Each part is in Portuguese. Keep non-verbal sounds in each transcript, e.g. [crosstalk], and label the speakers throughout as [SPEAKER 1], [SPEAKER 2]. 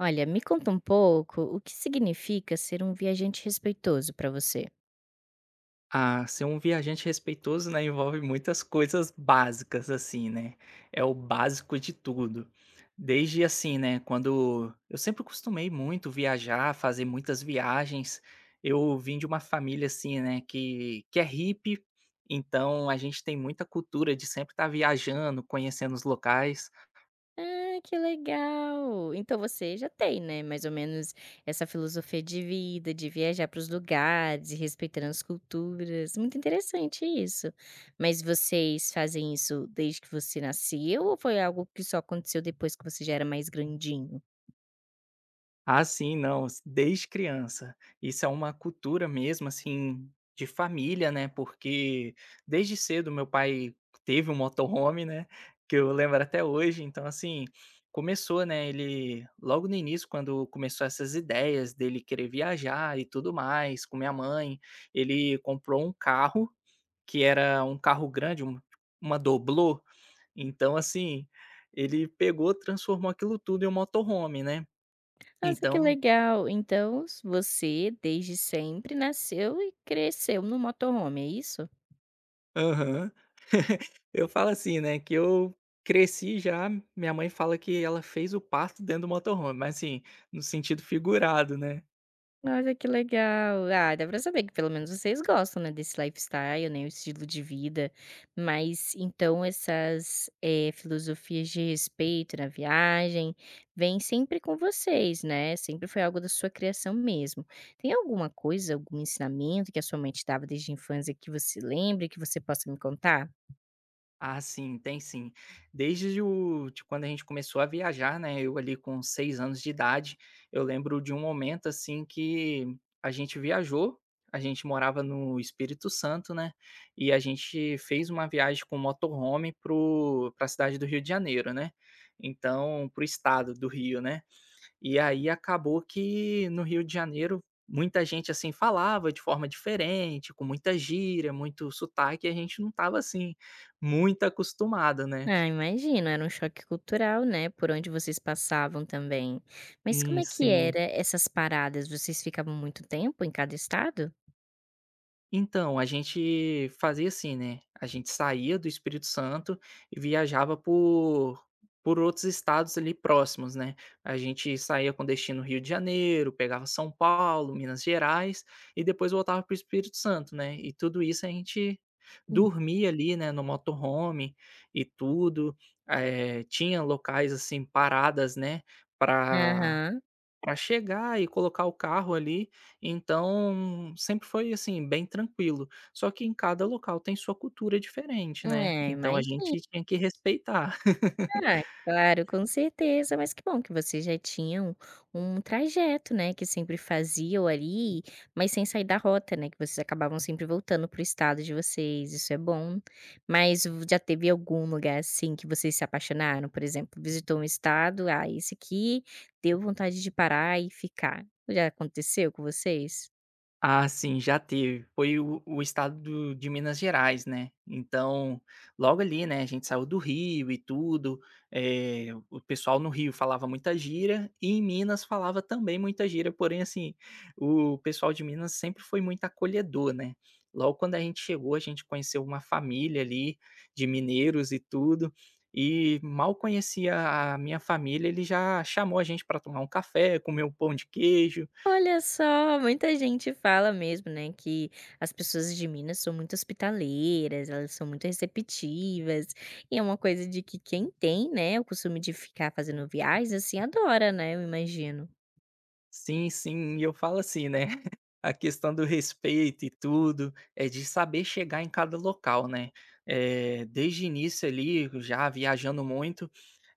[SPEAKER 1] Olha, me conta um pouco o que significa ser um viajante respeitoso para você?
[SPEAKER 2] Ah, ser um viajante respeitoso, né, envolve muitas coisas básicas, assim, né? É o básico de tudo. Desde assim, né, quando eu sempre costumei muito viajar, fazer muitas viagens. Eu vim de uma família, assim, né, que é hippie, então a gente tem muita cultura de sempre estar viajando, conhecendo os locais.
[SPEAKER 1] Ah, que legal! Então você já tem, né, mais ou menos essa filosofia de vida, de viajar para os lugares e respeitando as culturas. Muito interessante isso. Mas vocês fazem isso desde que você nasceu ou foi algo que só aconteceu depois que você já era mais grandinho?
[SPEAKER 2] Ah, sim, não, s desde criança. Isso é uma cultura mesmo, assim, de família, né, porque desde cedo meu pai teve um motorhome, né, que eu lembro até hoje, então, assim, começou, né, ele logo no início, quando começou essas ideias dele querer viajar e tudo mais, com minha mãe, ele comprou um carro, que era um carro grande, uma doblô, então, assim, ele pegou, transformou aquilo tudo em um motorhome, né.
[SPEAKER 1] Nossa, que
[SPEAKER 2] Então.
[SPEAKER 1] legal! Então você, desde sempre, nasceu e cresceu no motorhome, é isso?
[SPEAKER 2] Aham. [laughs] Eu falo assim, né, que eu cresci já minha mãe fala que ela fez o parto dentro do motorhome, mas assim, no sentido figurado, né.
[SPEAKER 1] Olha que legal. Ah, dá pra saber que pelo menos vocês gostam, né, desse lifestyle, né, o estilo de vida. Mas então essas, filosofias de respeito na viagem vêm sempre com vocês, né? Sempre foi algo da sua criação mesmo. Tem alguma coisa, algum ensinamento que a sua mãe te dava desde a infância que você lembre, que você possa me contar?
[SPEAKER 2] Ah, sim, tem sim. Desde o de quando a gente começou a viajar, né, eu ali com 6 anos de idade, eu lembro de um momento, assim, que a gente viajou, a gente morava no Espírito Santo, né, e a gente fez uma viagem com motorhome para cidade do Rio de Janeiro, né, então para o estado do Rio, né. E aí acabou que no Rio de Janeiro muita gente, assim, falava de forma diferente, com muita gíria, muito sotaque, e a gente não estava, assim, muito acostumado, né.
[SPEAKER 1] Ah, imagino, era um choque cultural, né, por onde vocês passavam também. Mas como
[SPEAKER 2] Sim,
[SPEAKER 1] é que
[SPEAKER 2] sim.
[SPEAKER 1] era essas paradas? Vocês ficavam muito tempo em cada estado?
[SPEAKER 2] Então, a gente fazia assim, né, a gente saía do Espírito Santo e viajava por outros estados ali próximos, né. A gente saía com destino Rio de Janeiro, pegava São Paulo, Minas Gerais e depois voltava para o Espírito Santo, né. E tudo isso a gente
[SPEAKER 1] Hum.
[SPEAKER 2] dormia ali, né, no motorhome e tudo, tinha locais, assim, paradas, né, Para
[SPEAKER 1] Aham.
[SPEAKER 2] para chegar e colocar o carro ali, então sempre foi, assim, bem tranquilo. Só que em cada local tem sua cultura diferente, né,
[SPEAKER 1] É,
[SPEAKER 2] então a
[SPEAKER 1] imagino.
[SPEAKER 2] gente tinha que respeitar.
[SPEAKER 1] Ah, claro, com certeza, mas que bom que vocês já tinham um trajeto, né, que sempre faziam ali, mas sem sair da rota, né, que vocês acabavam sempre voltando pro estado de vocês, isso é bom. Mas v já teve algum lugar, assim, que vocês se apaixonaram? Por exemplo, visitou um estado, "Ah, esse aqui deu vontade de parar e ficar". Já aconteceu com vocês?
[SPEAKER 2] Ah, sim, já teve. Foi o estado de Minas Gerais, né. Então, logo ali, né, a gente saiu do Rio e tudo, o pessoal no Rio falava muita gíria e em Minas falava também muita gíria, porém, assim, o pessoal de Minas sempre foi muito acolhedor, né. Logo quando a gente chegou, a gente conheceu uma família ali de mineiros e tudo, e mal conhecia a minha família, ele já chamou a gente para tomar um café, comer um pão de queijo.
[SPEAKER 1] Olha só, muita gente fala mesmo, né, que as pessoas de Minas são muito hospitaleiras, elas são muito receptivas, e é uma coisa de que quem tem, né, o costume de ficar fazendo viagens, assim, adora, né, eu imagino.
[SPEAKER 2] Sim, sim, e eu falo assim, né, [laughs] a questão do respeito e tudo, é de saber chegar em cada local, né. Desde o início ali, já viajando muito,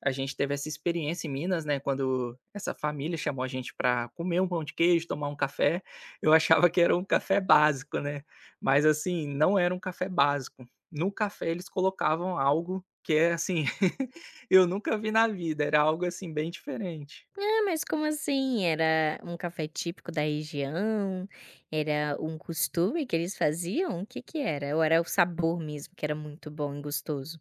[SPEAKER 2] a gente teve essa experiência em Minas, né, quando essa família chamou a gente para comer um pão de queijo, tomar um café, eu achava que era um café básico, né, mas assim, não era um café básico. No café eles colocavam algo que é assim, [laughs] eu nunca vi na vida, era algo assim bem diferente.
[SPEAKER 1] Ah, mas como assim? Era um café típico da região? Era um costume que eles faziam? O que que era? Ou era o sabor mesmo que era muito bom e gostoso?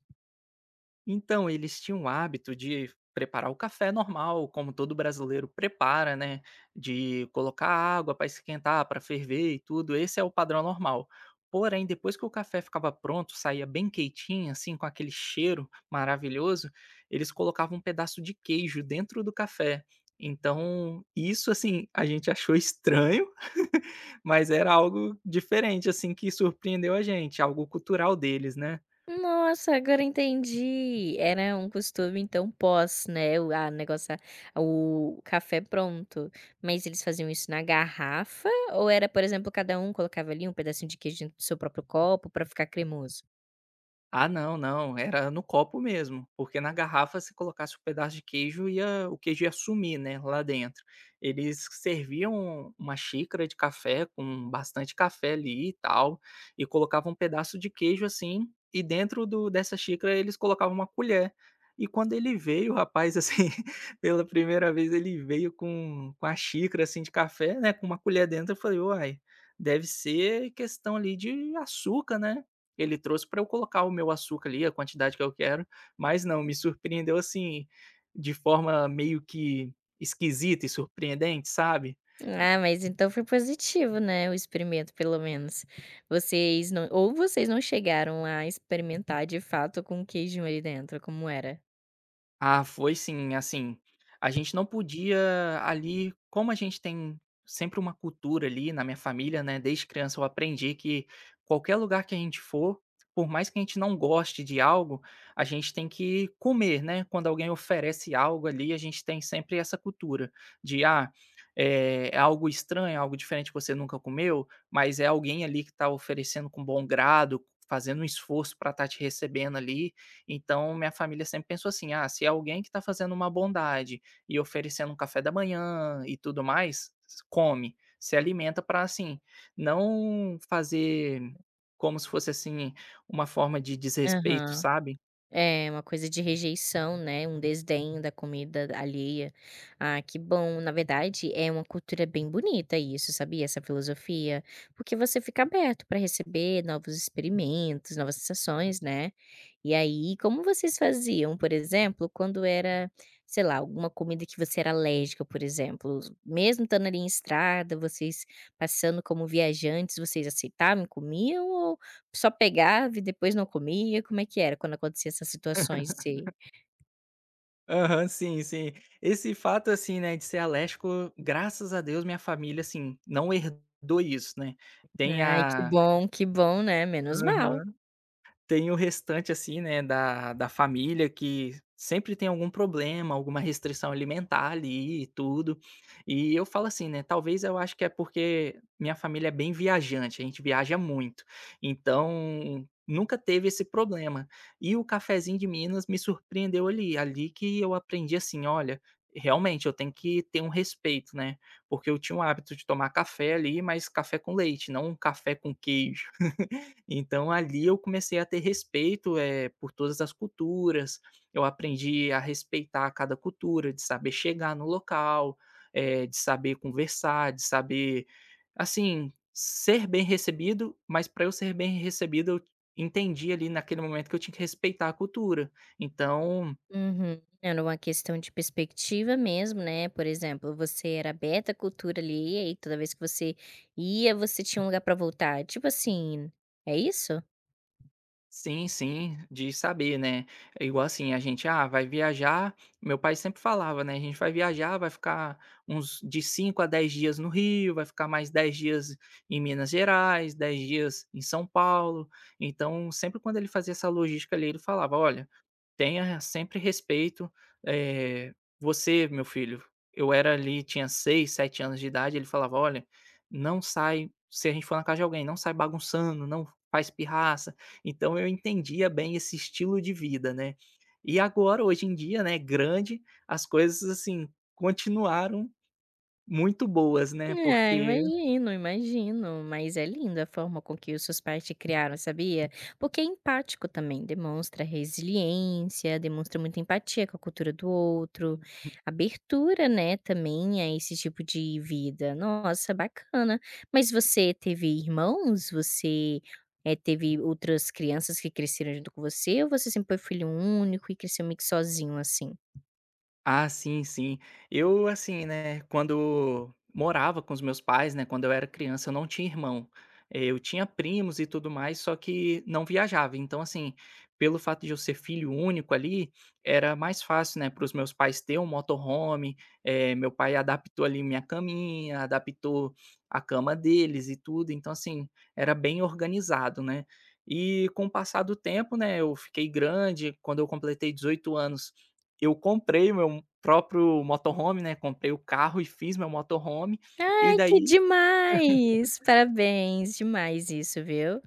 [SPEAKER 2] Então, eles tinham o hábito de preparar o café normal, como todo brasileiro prepara, né? De colocar água para esquentar, para ferver e tudo. Esse é o padrão normal. Porém, depois que o café ficava pronto, saía bem queitinho, assim, com aquele cheiro maravilhoso, eles colocavam um pedaço de queijo dentro do café. Então, isso, assim, a gente achou estranho, [laughs] mas era algo diferente, assim, que surpreendeu a gente, algo cultural deles, né?
[SPEAKER 1] Nossa, agora entendi. Era um costume então pós, né, o a negócio o café pronto. Mas eles faziam isso na garrafa ou era, por exemplo, cada um colocava ali um pedacinho de queijo dentro do seu próprio copo pra ficar cremoso?
[SPEAKER 2] Ah, não, não, era no copo mesmo, porque na garrafa se colocasse um pedaço de queijo ia o queijo ia sumir, né, lá dentro. Eles serviam uma xícara de café com bastante café ali e tal, e colocavam um pedaço de queijo assim, e dentro do dessa xícara eles colocavam uma colher. E quando ele veio, o rapaz, assim, [laughs] pela primeira vez ele veio com a xícara, assim, de café, né, com uma colher dentro, eu falei: "Uai, deve ser questão ali de açúcar, né". Ele trouxe para eu colocar o meu açúcar ali, a quantidade que eu quero, mas não, me surpreendeu, assim, de forma meio que esquisita e surpreendente, sabe.
[SPEAKER 1] Ah, mas então foi positivo, né, o experimento pelo menos. Vocês não chegaram a experimentar de fato com queijo ali dentro, como era?
[SPEAKER 2] Ah, foi sim, assim, a gente não podia ali como a gente tem sempre uma cultura ali na minha família, né, desde criança eu aprendi que qualquer lugar que a gente for, por mais que a gente não goste de algo, a gente tem que comer, né, quando alguém oferece algo ali, a gente tem sempre essa cultura de, é algo estranho, é algo diferente que você nunca comeu, mas é alguém ali que está oferecendo com bom grado, fazendo um esforço para estar te recebendo ali, então, minha família sempre pensou assim: "Ah, se é alguém que está fazendo uma bondade e oferecendo um café da manhã e tudo mais, s come, se alimenta para assim, não fazer como se fosse, assim, uma forma de desrespeito",
[SPEAKER 1] Aham.
[SPEAKER 2] sabe.
[SPEAKER 1] É, uma coisa de rejeição, né, um desdém da comida alheia. Ah, que bom. Na verdade, é uma cultura bem bonita isso, sabia? Essa filosofia, porque você fica aberto para receber novos experimentos, novas sensações, né. E aí, como vocês faziam, por exemplo, quando era, sei lá, alguma comida que você era alérgica, por exemplo, mesmo estando ali em estrada, vocês passando como viajantes, vocês aceitavam e comiam só pegava e depois não comia? Como é que era quando acontecia essas situações se
[SPEAKER 2] Aham, sim, sim. Esse fato, assim, né, de ser alérgico, graças a Deus minha família, assim, não herdou isso, né. Tem
[SPEAKER 1] ai
[SPEAKER 2] a.
[SPEAKER 1] que bom, né, menos mal.
[SPEAKER 2] Aham. Tem o restante, assim, né, da família que sempre tem algum problema, alguma restrição alimentar ali e tudo. E eu falo assim, né, talvez eu acho que é porque minha família é bem viajante, a gente viaja muito, então nunca teve esse problema. E o cafezinho de Minas me surpreendeu ali, ali que eu aprendi assim: "Olha, realmente eu tenho que ter um respeito", né, porque eu tinha o hábito de tomar café ali, mas café com leite, não um café com queijo. Então ali eu comecei a ter respeito, por todas as culturas, eu aprendi a respeitar cada cultura, de saber chegar no local, de saber conversar, de saber, assim, ser bem recebido, mas para eu ser bem recebido eu entendi ali naquele momento que eu tinha que respeitar a cultura. Então.
[SPEAKER 1] Uhum. Era uma questão de perspectiva mesmo, né, por exemplo, você era aberta à cultura ali, e aí toda vez que você ia, você tinha um lugar pra voltar, tipo assim, é isso?
[SPEAKER 2] Sim, sim, de saber, né. É igual assim, a gente, vai viajar meu pai sempre falava, né: "A gente vai viajar, vai ficar uns de 5 a 10 dias no Rio, vai ficar mais 10 dias em Minas Gerais, 10 dias em São Paulo". Então, sempre quando ele fazia essa logística ali, ele falava: "Olha, tenha sempre respeito, eh, "Você, meu filho". Eu era ali tinha 6, 7 anos de idade, ele falava: "Olha, não sai se a gente for na casa de alguém, não sai bagunçando, não faz pirraça". Então eu entendia bem esse estilo de vida, né. E agora, hoje em dia, né, grande, as coisas, assim, continuaram muito boas, né,
[SPEAKER 1] É,
[SPEAKER 2] porque.
[SPEAKER 1] imagino, imagino, mas é linda a forma com que os seus pais te criaram, sabia? Porque é empático também, demonstra resiliência, demonstra muita empatia com a cultura do outro, abertura, né, também a esse tipo de vida. Nossa, bacana. Mas você teve irmãos? Você teve outras crianças que cresceram junto com você? Ou você sempre foi filho único e cresceu meio que sozinho assim?
[SPEAKER 2] Ah, sim, sim. Eu, assim, né, quando morava com os meus pais, né, quando eu era criança, eu não tinha irmão. Eu tinha primos e tudo mais, só que não viajava. Então, assim, pelo fato de eu ser filho único ali, era mais fácil, né, para os meus pais ter um motorhome. Meu pai adaptou ali minha caminha, adaptou a cama deles e tudo. Então, assim, era bem organizado, né? E com o passar do tempo, né, eu fiquei grande. Quando eu completei 18 anos, eu comprei o meu próprio motorhome, né, comprei o carro e fiz meu motorhome, e
[SPEAKER 1] Ai, que
[SPEAKER 2] daí.
[SPEAKER 1] demais! Parabéns, demais isso, viu?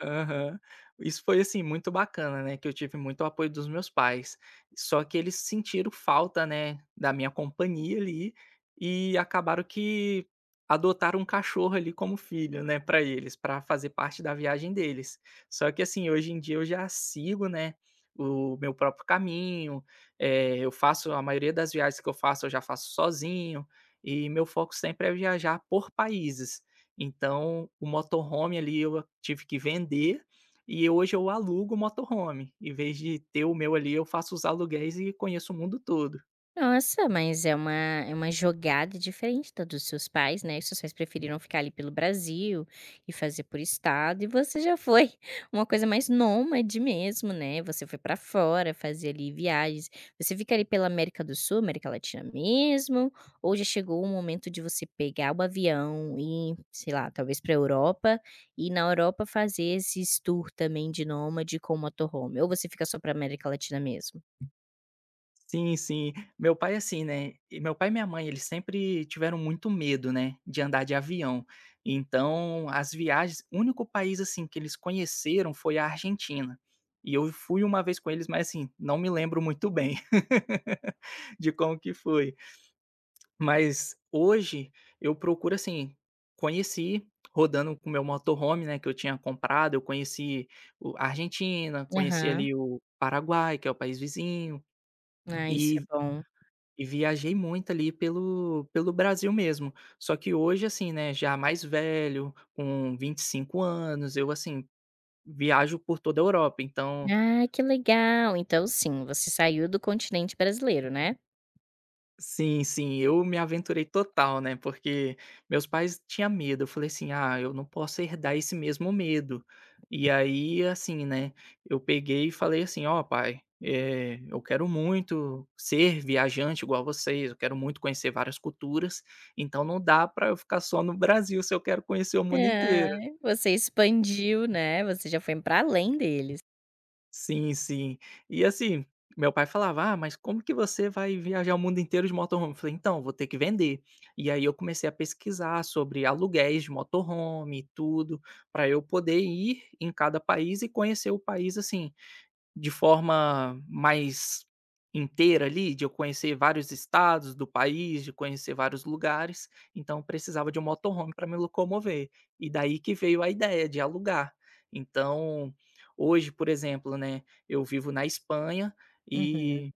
[SPEAKER 2] Aham. Isso foi, assim, muito bacana, né, que eu tive muito apoio dos meus pais. Só que eles sentiram falta, né, da minha companhia ali, e acabaram que adotaram um cachorro ali como filho, né, para eles, para fazer parte da viagem deles. Só que, assim, hoje em dia eu já sigo, né, o meu próprio caminho, eu faço a maioria das viagens que eu faço, eu já faço sozinho, e meu foco sempre é viajar por países. Então, o motorhome ali eu tive que vender, e hoje eu alugo o motorhome. Em vez de ter o meu ali, eu faço os aluguéis e conheço o mundo todo.
[SPEAKER 1] Nossa, mas é uma jogada diferente da dos seus pais, né, seus pais preferiram ficar ali pelo Brasil e fazer por estado, e você já foi [laughs] uma coisa mais nômade mesmo, né, você foi pra fora, fazer ali viagens. Você fica ali pela América do Sul, América Latina mesmo, ou já chegou o momento de você pegar o avião e, sei lá, talvez pra Europa, e na Europa fazer esses tour também de nômade com motorhome, ou você fica só pra América Latina mesmo?
[SPEAKER 2] Sim, sim. Meu pai assim, né, e meu pai e minha mãe, eles sempre tiveram muito medo, né, de andar de avião. Então, as viagens o único país, assim, que eles conheceram foi a Argentina. E eu fui uma vez com eles, mas assim, não me lembro muito bem [laughs] de como que foi. Mas hoje eu procuro assim, conheci rodando com o meu motorhome, né, que eu tinha comprado, eu conheci o a Argentina, conheci
[SPEAKER 1] Aham.
[SPEAKER 2] ali o Paraguai, que é o país vizinho,
[SPEAKER 1] Ah, isso é
[SPEAKER 2] e
[SPEAKER 1] bom.
[SPEAKER 2] e viajei muito ali pelo Brasil mesmo. Só que hoje, assim, né, já mais velho, com 25 anos, eu assim, viajo por toda a Europa, então.
[SPEAKER 1] Ah, que legal. Então sim, você saiu do continente brasileiro, né?
[SPEAKER 2] Sim, sim, eu me aventurei total, né, porque meus pais tinha medo, eu falei assim: "Ah, eu não posso herdar esse mesmo medo". E aí, assim, né, eu peguei e falei assim: "Ó pai, eu quero muito ser viajante igual vocês, eu quero muito conhecer várias culturas, então não dá para eu ficar só no Brasil se eu quero conhecer o mundo inteiro".
[SPEAKER 1] Ai, você expandiu, né, você já foi para além deles.
[SPEAKER 2] Sim, sim. E assim, meu pai falava: "Ah, mas como que você vai viajar o mundo inteiro de motorhome?" Eu falei: "Então, vou ter que vender". E aí eu comecei a pesquisar sobre aluguéis de motorhome e tudo, para eu poder ir em cada país e conhecer o país, assim, de forma mais inteira ali, de eu conhecer vários estados do país, de conhecer vários lugares, então eu precisava de um motorhome para me locomover. E daí que veio a ideia de alugar. Então, hoje, por exemplo, né, eu vivo na Espanha
[SPEAKER 1] Uhum.
[SPEAKER 2] e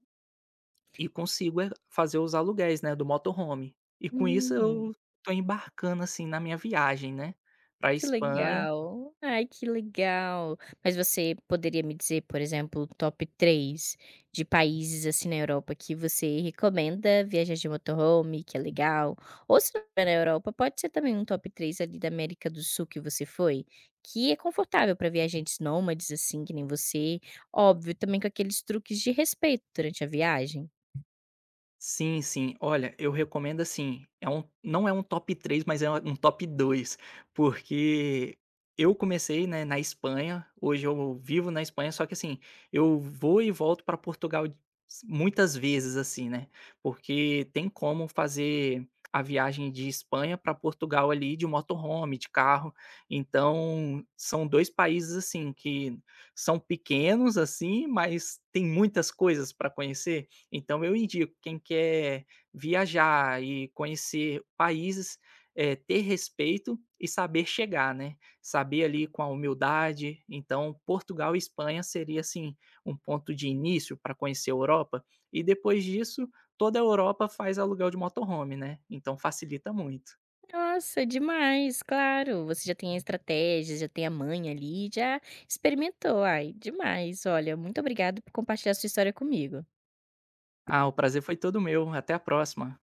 [SPEAKER 2] e consigo, fazer os aluguéis, né, do motorhome. E com isso
[SPEAKER 1] Hum.
[SPEAKER 2] eu tô embarcando, assim, na minha viagem, né, para
[SPEAKER 1] Que
[SPEAKER 2] Espanha.
[SPEAKER 1] legal. Ai, que legal. Mas você poderia me dizer, por exemplo, top 3 de países, assim, na Europa que você recomenda viajar de motorhome, que é legal? Ou se não é na Europa, pode ser também um top 3 ali da América do Sul que você foi, que é confortável para viajantes nômades, assim, que nem você. Óbvio, também com aqueles truques de respeito durante a viagem.
[SPEAKER 2] Sim, sim. Olha, eu recomendo assim, é um não é um top 3, mas é um top 2, porque eu comecei, né, na Espanha, hoje eu vivo na Espanha, só que assim, eu vou e volto para Portugal de muitas vezes, assim, né, porque tem como fazer a viagem de Espanha para Portugal ali de motorhome, de carro. Então, são 2 países, assim, que são pequenos, assim, mas tem muitas coisas para conhecer. Então eu indico, quem quer viajar e conhecer países, ter respeito e saber chegar, né, saber ali com a humildade. Então Portugal e Espanha seria, assim, um ponto de início para conhecer a Europa, e depois disso toda a Europa faz aluguel de motorhome, né, então facilita muito.
[SPEAKER 1] Nossa, demais, claro. Você já tem a estratégia, já tem a manha ali, já experimentou. Ai, demais. Olha, muito obrigada por compartilhar sua história comigo.
[SPEAKER 2] Ah, o prazer foi todo meu, até a próxima.